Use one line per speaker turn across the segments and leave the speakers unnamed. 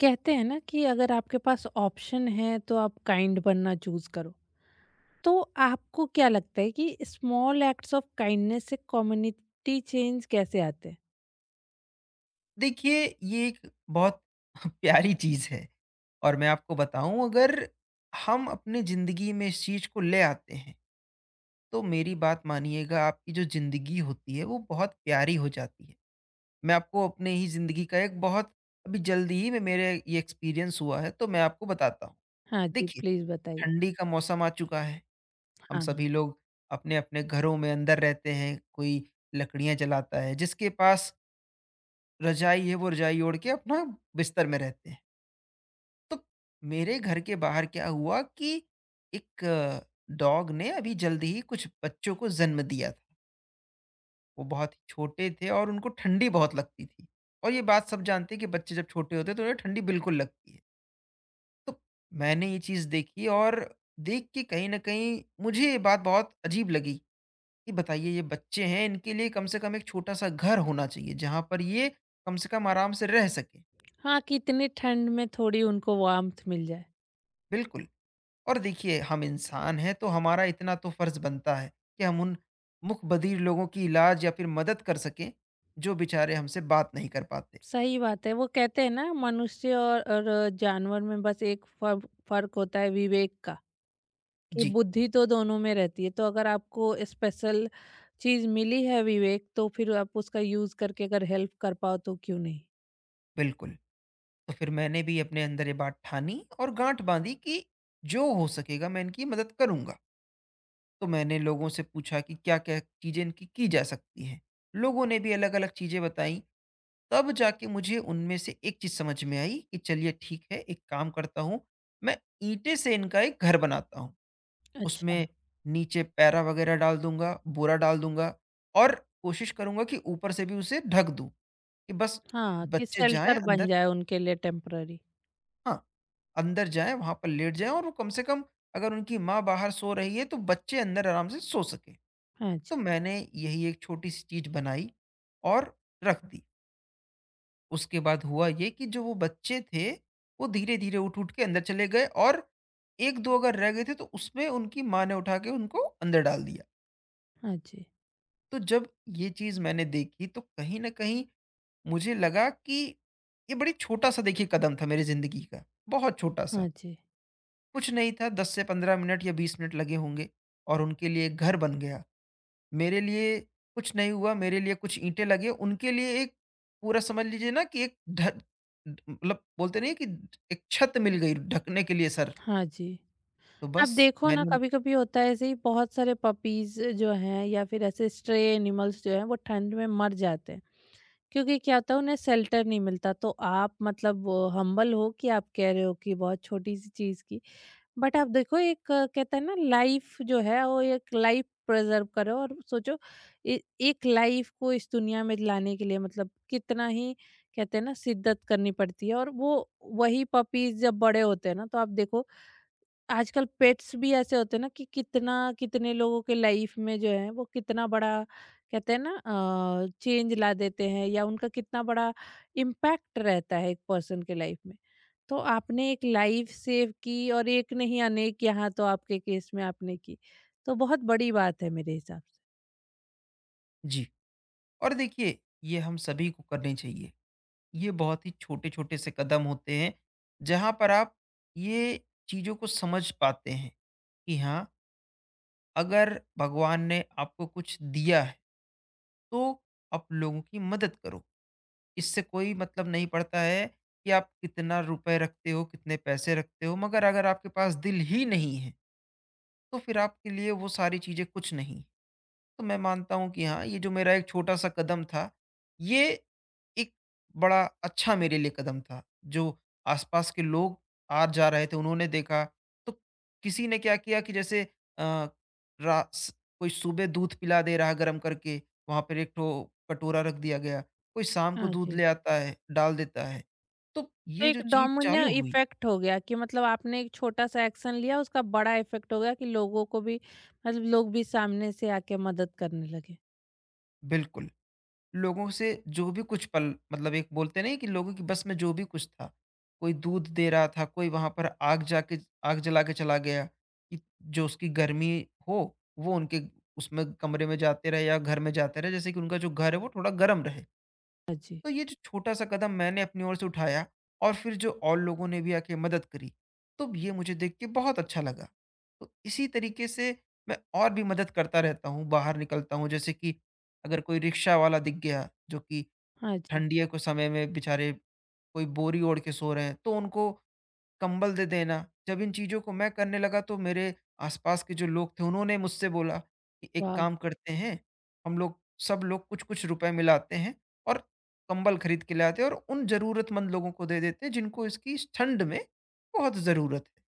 कहते हैं ना कि अगर आपके पास ऑप्शन है तो आप काइंड बनना चूज करो। तो आपको क्या लगता है कि स्मॉल एक्ट्स ऑफ काइंडनेस से कम्युनिटी चेंज कैसे आते हैं?
देखिए, ये एक बहुत प्यारी चीज़ है। और मैं आपको बताऊँ, अगर हम अपनी ज़िंदगी में इस चीज़ को ले आते हैं, तो मेरी बात मानिएगा, आपकी जो ज़िंदगी होती है वो बहुत प्यारी हो जाती है। मैं आपको अपने ही ज़िंदगी का एक बहुत अभी जल्दी ही में मेरे ये एक्सपीरियंस हुआ है, तो मैं आपको बताता हूँ।
हाँ जी,
देखिए,
प्लीज बताइए।
ठंडी का मौसम आ चुका है, हम
हाँ।
सभी लोग अपने-अपने घरों में अंदर रहते हैं, कोई लकड़ियाँ जलाता है, जिसके पास रज़ाई है वो रज़ाई ओढ़ के अपना बिस्तर में रहते हैं। तो मेरे घर के बाहर क्या हुआ कि एक डॉग ने अभी जल्दी ही कुछ बच्चों को जन्म दिया था। वो बहुत ही छोटे थे और उनको ठंडी बहुत लगती थी। और ये बात सब जानते हैं कि बच्चे जब छोटे होते हैं तो उन्हें ठंडी बिल्कुल लगती है। तो मैंने ये चीज़ देखी और देख के कहीं न कहीं मुझे ये बात बहुत अजीब लगी कि बताइए, ये बच्चे हैं, इनके लिए कम से कम एक छोटा-सा घर होना चाहिए, जहाँ पर ये कम से कम आराम से रह सकें।
हाँ, कि इतनी ठंड में थोड़ी उनको वार्मथ मिल जाए।
बिल्कुल। और देखिए, हम इंसान हैं तो हमारा इतना तो फर्ज बनता है कि हम उन मुकबधीर लोगों की इलाज या फिर मदद कर सकें, जो बेचारे हमसे बात नहीं कर पाते।
सही बात है, वो कहते हैं ना मनुष्य और जानवर में बस एक फर्क फर्क होता है विवेक का। कि
जी।
बुद्धि तो दोनों में रहती है, तो अगर आपको स्पेशल चीज मिली है विवेक, तो फिर आप उसका यूज करके अगर हेल्प कर पाओ तो क्यों नहीं।
बिल्कुल। तो फिर मैंने भी अपने अंदर ये बात ठानी और गांठ बांधी कि जो हो सकेगा मैं इनकी मदद करूंगा। तो मैंने लोगों से पूछा कि क्या क्या चीज़ें इनकी की जा सकती हैं। लोगों ने भी अलग अलग चीज़ें बताई। तब जाके मुझे उनमें से एक चीज़ समझ में आई कि चलिए ठीक है, एक काम करता हूँ, मैं ईंटे से इनका एक घर बनाता हूँ।
अच्छा।
उसमें नीचे पैरा वगैरह डाल दूँगा, बोरा डाल दूँगा और कोशिश करूँगा कि ऊपर से भी उसे ढक दूँ, कि बस
हाँ, कि
बच्चे जाएँ
शेल्टर बन
अंदर।
जाए उनके लिए टेम्पररी।
हाँ, अंदर जाएँ, वहाँ पर लेट जाएँ और वो कम से कम, अगर उनकी माँ बाहर सो रही है, तो बच्चे अंदर आराम से सो सकें।
हाँ जी।
तो मैंने यही एक छोटी-सी चीज़ बनाई और रख दी। उसके बाद हुआ ये कि जो वो बच्चे थे, वो धीरे-धीरे उठ-उठ के अंदर चले गए और 1-2 अगर रह गए थे, तो उसमें उनकी माँ ने उठा के उनको अंदर डाल दिया।
हाँ जी।
तो जब ये चीज़ मैंने देखी तो कहीं न कहीं मुझे लगा कि ये बड़ी छोटा-सा देखिए कदम था मेरी ज़िंदगी का, बहुत छोटा-सा।
हाँ जी।
कुछ नहीं था, 10 से 15 मिनट या 20 मिनट लगे होंगे और उनके लिए एक घर बन गया। मेरे लिए कुछ नहीं हुआ, मेरे लिए कुछ ईंटें लगे, उनके लिए एक पूरा, समझ लीजिए ना कि एक ढ मतलब बोलते नहीं है कि एक छत मिल गई ढकने के लिए सर।
हाँ जी।
तो
आप
बस
देखो ना,
मैंने।
कभी-कभी होता है ऐसे ही बहुत सारे पपीज़ जो हैं या फिर ऐसे स्ट्रे एनिमल्स जो हैं वो ठंड में मर जाते हैं, क्योंकि क्या होता है उन्हें शेल्टर नहीं मिलता। तो आप मतलब हम्बल हो कि आप कह रहे हो कि बहुत छोटी-सी चीज़ की। बट आप देखो एक कहते हैं ना लाइफ जो है वो एक लाइफ प्रिजर्व करो और सोचो। एक लाइफ को इस दुनिया में लाने के लिए मतलब कितना ही कहते हैं ना शिद्दत करनी पड़ती है। और वो वही पपीज जब बड़े होते हैं ना तो आप देखो आजकल पेट्स भी ऐसे होते हैं ना कि कितना कितने लोगों के लाइफ में जो है वो कितना बड़ा कहते हैं ना चेंज ला देते हैं, या उनका कितना बड़ा इम्पैक्ट रहता है एक पर्सन के लाइफ में। तो आपने एक लाइफ सेव की और एक नहीं अनेक, यहाँ तो आपके केस में आपने की। तो बहुत बड़ी बात है मेरे हिसाब से।
जी। और देखिए, ये हम सभी को करनी चाहिए। ये बहुत ही छोटे-छोटे से कदम होते हैं, जहाँ पर आप ये चीज़ों को समझ पाते हैं कि हाँ, अगर भगवान ने आपको कुछ दिया है, तो आप लोगों की मदद करो। इससे कोई मतलब नहीं पड़ता है कि आप कितना रुपए रखते हो, कितने पैसे रखते हो, मगर अगर आपके पास दिल ही नहीं है, तो फिर आपके लिए वो सारी चीज़ें कुछ नहीं। तो मैं मानता हूँ कि हाँ, ये जो मेरा एक छोटा-सा कदम था, ये एक बड़ा अच्छा मेरे लिए कदम था। जो आस-पास के लोग आ-जा रहे थे, उन्होंने देखा, तो किसी ने क्या किया कि जैसे अ, रा स कोई सुबह दूध पिला दे रहा गरम करके, वहाँ पर एक ठो कटोरा रख दिया गया। कोई शाम को
हाँ
दूध
जी।
ले आता है, डाल देता है। तो
तो
ये जो
एक
चीज़
डोमिनो
चालू हुई।
इफेक्ट हो गया कि मतलब आपने एक छोटा सा एक्शन लिया, उसका बड़ा इफेक्ट हो गया कि लोगों को भी मतलब लोग भी सामने से आके मदद करने लगे।
बिल्कुल। लोगों से जो भी कुछ पल, मतलब एक, बोलते नहीं, कि लोगों की बस में जो भी कुछ था, कोई दूध दे रहा था, कोई वहाँ पर आग जला के चला गया कि जो उसकी गर्मी हो, वो उनके उसमें कमरे में जाते रहे या घर में जाते रहे, जैसे कि उनका जो घर है वो थोड़ा गर्म रहे।
हाँ जी।
तो ये जो छोटा-सा कदम मैंने अपनी ओर से उठाया और फिर जो और लोगों ने भी आके मदद करी, तो ये मुझे देख के बहुत अच्छा लगा। तो इसी तरीके से मैं और भी मदद करता रहता हूँ, बाहर निकलता हूँ। जैसे कि अगर कोई रिक्शा वाला दिख गया, जो कि
हाँ जी।
ठंडियों के समय में बेचारे कोई बोरी ओढ़ के सो रहे हैं, तो उनको कंबल दे देना। जब इन चीज़ों को मैं करने लगा तो मेरे आस-पास के जो लोग थे उन्होंने मुझसे बोला कि एक
वाह!
काम करते हैं, हम लोग, सब लोग कुछ-कुछ रुपए मिलाते हैं और कंबल खरीद के ले आते हैं और उन ज़रूरतमंद लोगों को दे देते हैं जिनको इसकी, इस ठंड में बहुत ज़रूरत है।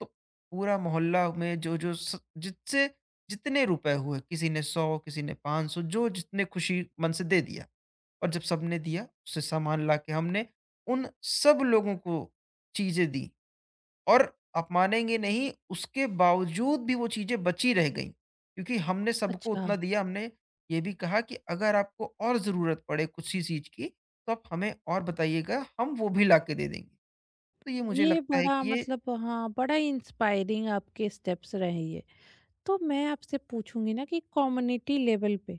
तो पूरा मोहल्ला में जो-जो स जिससे जितने रुपए हुए, किसी ने 100, किसी ने 500, जो जितने खुशी मन से दे दिया। और जब सबने दिया, उससे सामान लाके हमने उन सब लोगों को चीज़ें दी। और आप मानेंगे नहीं, उसके बावजूद भी वो चीज़ें बची रह गईं। क्योंकि हमने सबको
अच्छा।
उतना दिया, हमने ये भी कहा कि अगर आपको और ज़रूरत पड़े किसी चीज़ की तो आप हमें और बताइएगा, हम वो भी लाके दे देंगे। तो ये मुझे
ये
लगता है
बड़ा
कि ये
मतलब हाँ, बड़ा ही इंस्पायरिंग आपके स्टेप्स रहे ये। तो मैं आपसे पूछूँगी ना कि कम्युनिटी लेवल पे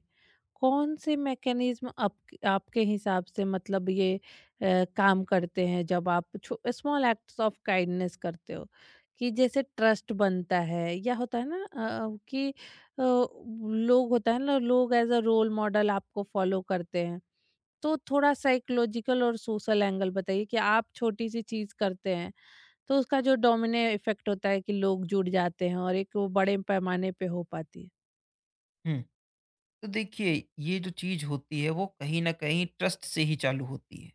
कौन से मैकेनिज़्म आपके हिसाब से मतलब ये काम करते हैं जब आप छो स्मॉल एक्ट्स ऑफ काइंडनेस करते हो? कि जैसे ट्रस्ट बनता है या होता है ना कि लोग होता है ना लोग एज़ अ रोल मॉडल आपको फ़ॉलो करते हैं। तो थोड़ा साइकोलॉजिकल और सोशल एंगल बताइए कि आप छोटी सी चीज करते हैं तो उसका जो डोमिने इफेक्ट होता है कि लोग जुड़ जाते हैं और एक वो बड़े पैमाने पे हो पाती है।
हुँ, तो देखिए, ये जो चीज़ होती है वो कहीं न कहीं ट्रस्ट से ही चालू होती है।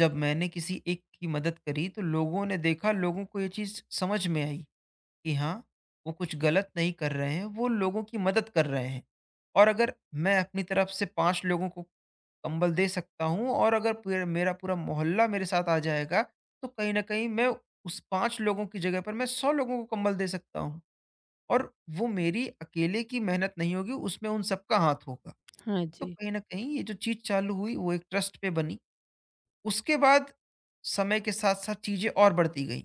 जब मैंने किसी एक की मदद करी तो लोगों ने देखा, लोगों को ये चीज़ समझ में आई। कि हाँ, वो कुछ गलत नहीं कर रहे हैं, वो लोगों की मदद कर रहे हैं। और अगर मैं अपनी तरफ से 5 लोगों को कंबल दे सकता हूँ और अगर पूरे मेरा पूरा मोहल्ला मेरे साथ आ जाएगा, तो कहीं न कहीं मैं उस 5 लोगों की जगह पर मैं 100 लोगों को कंबल दे सकता हूँ और वो मेरी अकेले की मेहनत नहीं होगी, उसमें उन सबका हाथ होगा।
हाँ
तो
जी।
कहीं न कहीं ये जो चीज़ चालू हुई, वो एक ट्रस्ट पे बनी। उसके बाद समय के साथ-साथ चीज़ें और बढ़ती गई।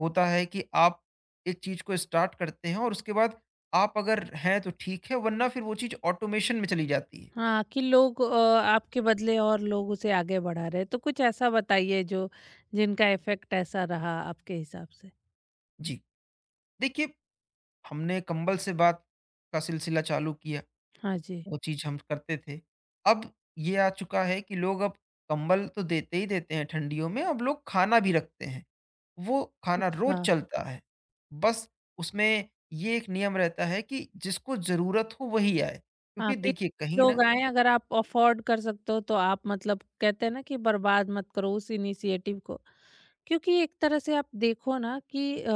होता है कि आप एक चीज़ को स्टार्ट करते हैं और उसके बाद आप अगर हैं तो ठीक है, वरना फिर वो चीज़ ऑटोमेशन में चली जाती है।
हाँ, कि लोग आपके बदले और लोग उसे आगे बढ़ा रहे हैं। तो कुछ ऐसा बताइए जो जिनका इफेक्ट ऐसा रहा आपके हिसाब से।
जी। देखिए, हमने कंबल से बात का सिलसिला चालू किया,
हाँ जी।
वो चीज़ हम करते थे। अब ये आ चुका है कि लोग अब कंबल तो देते ही देते हैं ठंडियों में, अब लोग खाना भी रखते हैं। वो खाना
अच्छा।
रोज़ चलता है। बस उसमें ये एक नियम रहता है कि जिसको ज़रूरत हो वही आए।
हाँ,
क्योंकि
कि
देखिए, कहीं
लोग
न,
आएँ अगर आप अफ़ोर्ड कर सकते हो तो आप मतलब कहते हैं ना कि बर्बाद मत करो उस इनिशिएटिव को। क्योंकि एक तरह से आप देखो ना कि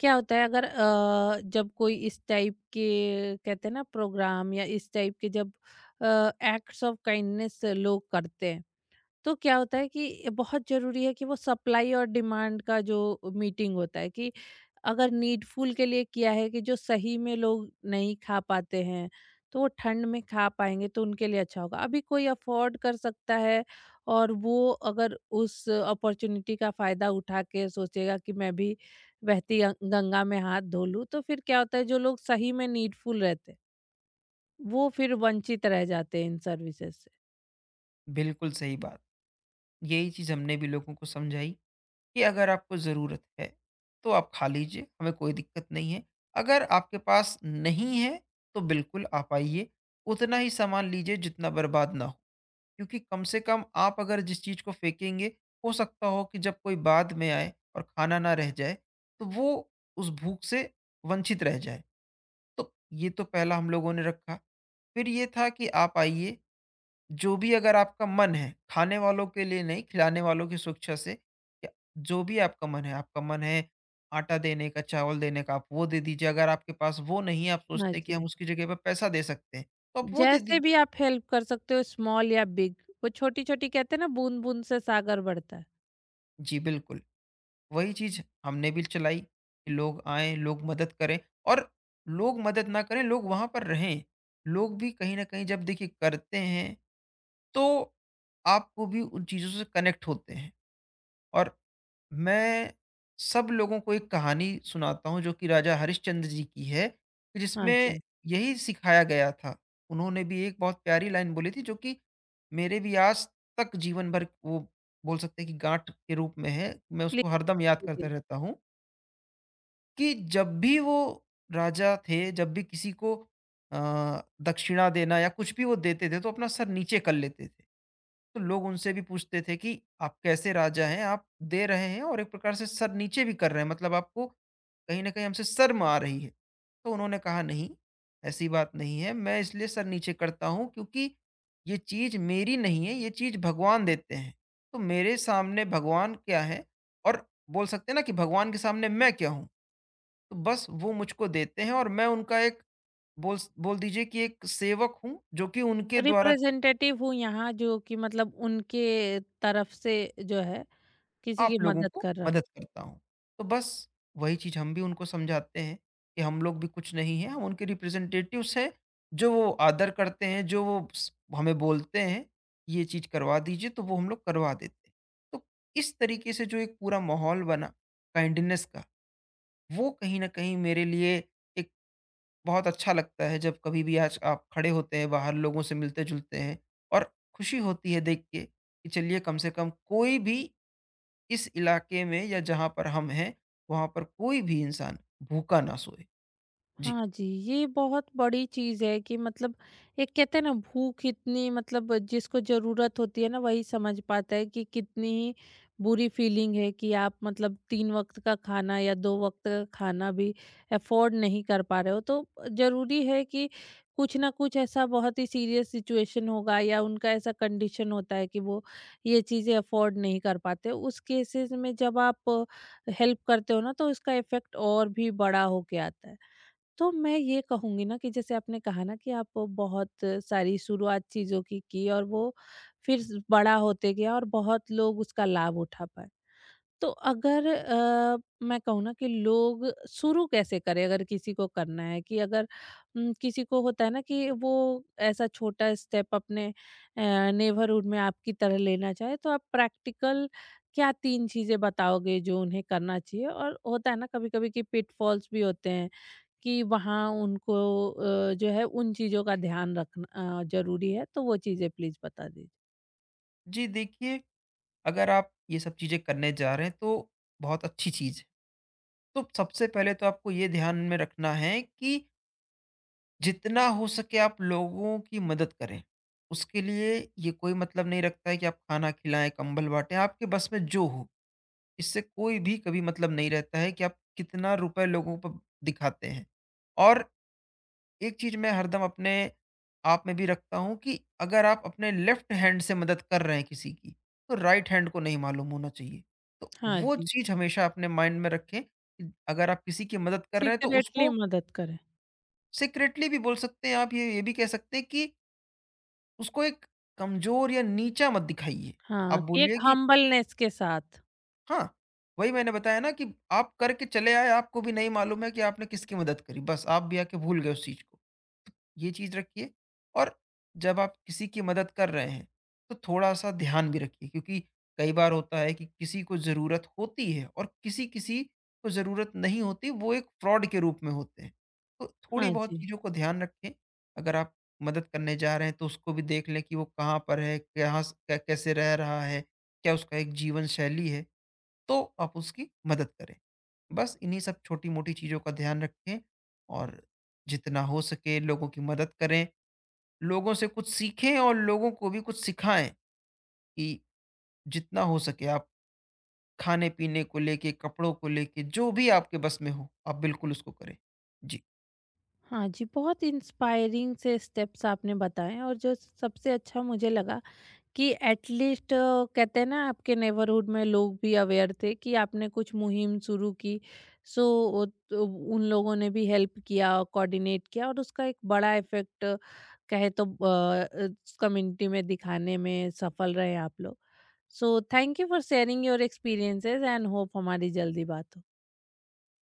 क्या होता है अगर जब कोई इस टाइप के कहते हैं ना प्रोग्राम या इस टाइप के जब एक्ट्स ऑफ काइंडनेस लोग करते हैं तो क्या होता है कि बहुत ज़रूरी है कि वो सप्लाई और डिमांड का जो मीटिंग होता है कि अगर नीडफुल के लिए किया है कि जो सही में लोग नहीं खा पाते हैं तो वो ठंड में खा पाएंगे तो उनके लिए अच्छा होगा। अभी कोई अफोर्ड कर सकता है और वो अगर उस अपॉर्चुनिटी का फ़ायदा उठा के सोचेगा कि मैं भी बहती गंगा में हाथ धो लूँ तो फिर क्या होता है जो लोग सही में नीडफुल रहते हैं, वो फिर वंचित रह जाते हैं इन सर्विसेज से।
बिल्कुल सही बात। यही चीज़ हमने भी लोगों को समझाई कि अगर आपको ज़रूरत है, तो आप खा लीजिए, हमें कोई दिक्कत नहीं है। अगर आपके पास नहीं है, तो बिल्कुल आप आइए, उतना ही सामान लीजिए जितना बर्बाद ना हो। क्योंकि कम से कम आप अगर जिस चीज़ को फेंकेंगे, हो सकता हो कि जब कोई बाद में आए और खाना ना रह जाए, तो वो उस भूख से वंचित रह जाए। तो ये तो पहला हम लोगों ने रखा। फिर ये था कि आप आइए, जो भी अगर आपका मन है, खाने वालों के लिए नहीं, खिलाने वालों की शिक्षा से, या जो भी आपका मन है आटा देने का, चावल देने का, आप वो दे दीजिए। अगर आपके पास वो नहीं है, आप
हाँ
सोचते हैं कि हम
जी।
उसकी जगह पे पैसा दे सकते हैं, तो आप वो दे
जैसे
दीजिए।
भी आप हेल्प कर सकते हो स्मॉल या बिग, वो छोटी छोटी कहते हैं ना बूंद बूंद से सागर बढ़ता है।
जी, बिल्कुल, वही चीज़ हमने भी चलाई कि लोग आएँ, लोग मदद करें और लोग मदद ना करें, लोग वहाँ पर रहें। लोग भी कहीं न कहीं जब देखिए करते हैं, तो आपको भी उन चीज़ों से कनेक्ट होते हैं। और मैं सब लोगों को एक कहानी सुनाता हूँ जो कि राजा हरिश्चंद्र जी की है, कि
हाँ
जिसमें
जी,
यही सिखाया गया था। उन्होंने भी एक बहुत प्यारी लाइन बोली थी जो कि मेरे भी आज तक जीवन भर वो बोल सकते हैं कि गाँठ के रूप में है। मैं
प्लीज
उसको हरदम याद करता
कीजिए।
रहता हूँ कि जब भी वो राजा थे, जब भी किसी को दक्षिणा देना या कुछ भी वो देते थे तो अपना सर नीचे कर लेते थे। तो लोग उनसे भी पूछते थे कि आप कैसे राजा हैं, आप दे रहे हैं और एक प्रकार से सर नीचे भी कर रहे हैं, मतलब आपको कहीं ना कहीं हमसे शर्म आ रही है। तो उन्होंने कहा नहीं, ऐसी बात नहीं है, मैं इसलिए सर नीचे करता हूँ क्योंकि ये चीज़ मेरी नहीं है, ये चीज़ भगवान देते हैं। तो मेरे सामने भगवान क्या है, और बोल सकते हैं ना कि भगवान के सामने मैं क्या हूँ। तो बस वो मुझको देते हैं और मैं उनका एक बोल बोल दीजिए कि एक सेवक हूँ जो कि उनके द्वारा
रिप्रेजेंटेटिव हूँ यहाँ जो कि मतलब उनके तरफ से जो है किसी की
आप लोगों
मदद
को
कर रहा हूँ।
मदद करता हूँ। तो बस वही चीज़ हम भी उनको समझाते हैं कि हम लोग भी कुछ नहीं हैं, हम उनके रिप्रेजेंटेटिव्स हैं, जो वो आदर करते हैं, जो वो स हमें बोलते हैं, ये चीज़ करवा दीजिए, तो वो हम लोग करवा देते हैं। तो इस तरीके से जो एक पूरा माहौल बना काइंडनेस का, वो कहीं न कहीं मेरे लिए एक बहुत अच्छा लगता है जब कभी भी आज आप खड़े होते हैं, बाहर लोगों से मिलते-जुलते हैं और खुशी होती है देख के कि चलिए कम से कम कोई भी इस इलाके में या जहाँ पर हम हैं, वहाँ पर कोई भी इंसान भूखा ना सोए। जी।
हाँ जी, ये बहुत बड़ी चीज़ है कि मतलब एक कहते हैं ना भूख इतनी मतलब जिसको ज़रूरत होती है ना वही समझ पाता है कि कितनी ही बुरी फीलिंग है कि आप मतलब 3 वक़्त का खाना या 2 वक़्त का खाना भी अफ़ोर्ड नहीं कर पा रहे हो। तो ज़रूरी है कि कुछ ना कुछ ऐसा बहुत ही सीरियस सिचुएशन होगा या उनका ऐसा कंडीशन होता है कि वो ये चीज़ें अफ़ोर्ड नहीं कर पाते। उस केसेज़ में जब आप हेल्प करते हो ना तो इसका इफ़ेक्ट और भी बड़ा हो के आता है। तो मैं ये कहूँगी ना कि जैसे आपने कहा ना कि आप बहुत सारी शुरुआत चीज़ों की और वो फिर बड़ा होते गया और बहुत लोग उसका लाभ उठा पाए। तो अगर मैं कहूँ ना कि लोग शुरू कैसे करें अगर किसी को करना है कि अगर किसी को होता है ना कि वो ऐसा छोटा स्टेप अपने नेबरहुड में आपकी तरह लेना चाहे तो आप प्रैक्टिकल क्या तीन चीज़ें बताओगे जो उन्हें करना चाहिए, और होता है ना कभी कभी कि पिटफॉल्स भी होते हैं कि वहाँ उनको जो है उन चीज़ों का ध्यान रखना ज़रूरी है, तो वो चीज़ें प्लीज़ बता दीजिए।
जी, देखिए, अगर आप ये सब चीज़ें करने जा रहे हैं तो बहुत अच्छी चीज़ है। तो सबसे पहले तो आपको ये ध्यान में रखना है कि जितना हो सके आप लोगों की मदद करें। उसके लिए ये कोई मतलब नहीं रखता है कि आप खाना खिलाएँ, कंबल बाँटें, आपके बस में जो हो। इससे कोई भी कभी मतलब नहीं रहता है कि आप कितना रुपए लोगों को दिखाते हैं। और एक चीज मैं हरदम अपने आप में भी रखता हूँ कि अगर आप अपने लेफ्ट हैंड से मदद कर रहे हैं किसी की, तो राइट हैंड को नहीं मालूम होना चाहिए। तो
हाँ
वो
जी,
चीज हमेशा अपने माइंड में रखें कि अगर आप किसी की मदद कर रहे हैं, तो
सीक्रेटली
उसको
मदद करें।
सीक्रेटली भी बोल सकते हैं। आप ये भी कह सकते हैं कि उसको एक कमजोर या नीचा मत दिखाइए। आप
हाँ, कि एक
बोलिए कि
हम्बलनेस के साथ।
हाँ, वही मैंने बताया ना कि आप करके चले आए, आपको भी नहीं मालूम है कि आपने किसकी मदद करी, बस आप भी आके भूल गए उस चीज को। ये चीज़ रखिए। और जब आप किसी की मदद कर रहे हैं, तो थोड़ा-सा ध्यान भी रखिए, क्योंकि कई बार होता है कि किसी को ज़रूरत होती है और किसी-किसी को ज़रूरत नहीं होती, वो एक फ्रॉड के रूप में होते हैं। तो
हाँ
थोड़ी-बहुत
जी।
चीज़ों को ध्यान रखें, अगर आप मदद करने जा रहे हैं तो उसको भी देख लें कि वो कहाँ पर है, कहाँ स कै कैसे रह रहा है, क्या उसका एक जीवन शैली है, तो आप उसकी मदद करें। बस इन्हीं सब छोटी-मोटी चीज़ों का ध्यान रखें और जितना हो सके लोगों की मदद करें। लोगों से कुछ सीखें और लोगों को भी कुछ सिखाएँ कि जितना हो सके आप खाने-पीने को लेके, कपड़ों को लेके, जो भी आपके बस में हो, आप बिल्कुल उसको करें। जी।
हाँ जी, बहुत इंस्पायरिंग से स्टेप्स आपने बताएँ और जो सबसे अच्छा मुझे लगा कि एटलीस्ट कहते हैं ना आपके नेबरहुड में लोग भी अवेयर थे कि आपने कुछ मुहिम शुरू की। सो तो उन लोगों ने भी हेल्प किया, कोऑर्डिनेट किया और उसका एक बड़ा इफेक्ट कहे तो कम्युनिटी में दिखाने में सफल रहे आप लोग। So thank you for sharing your experiences and hope हमारी जल्दी बात हो।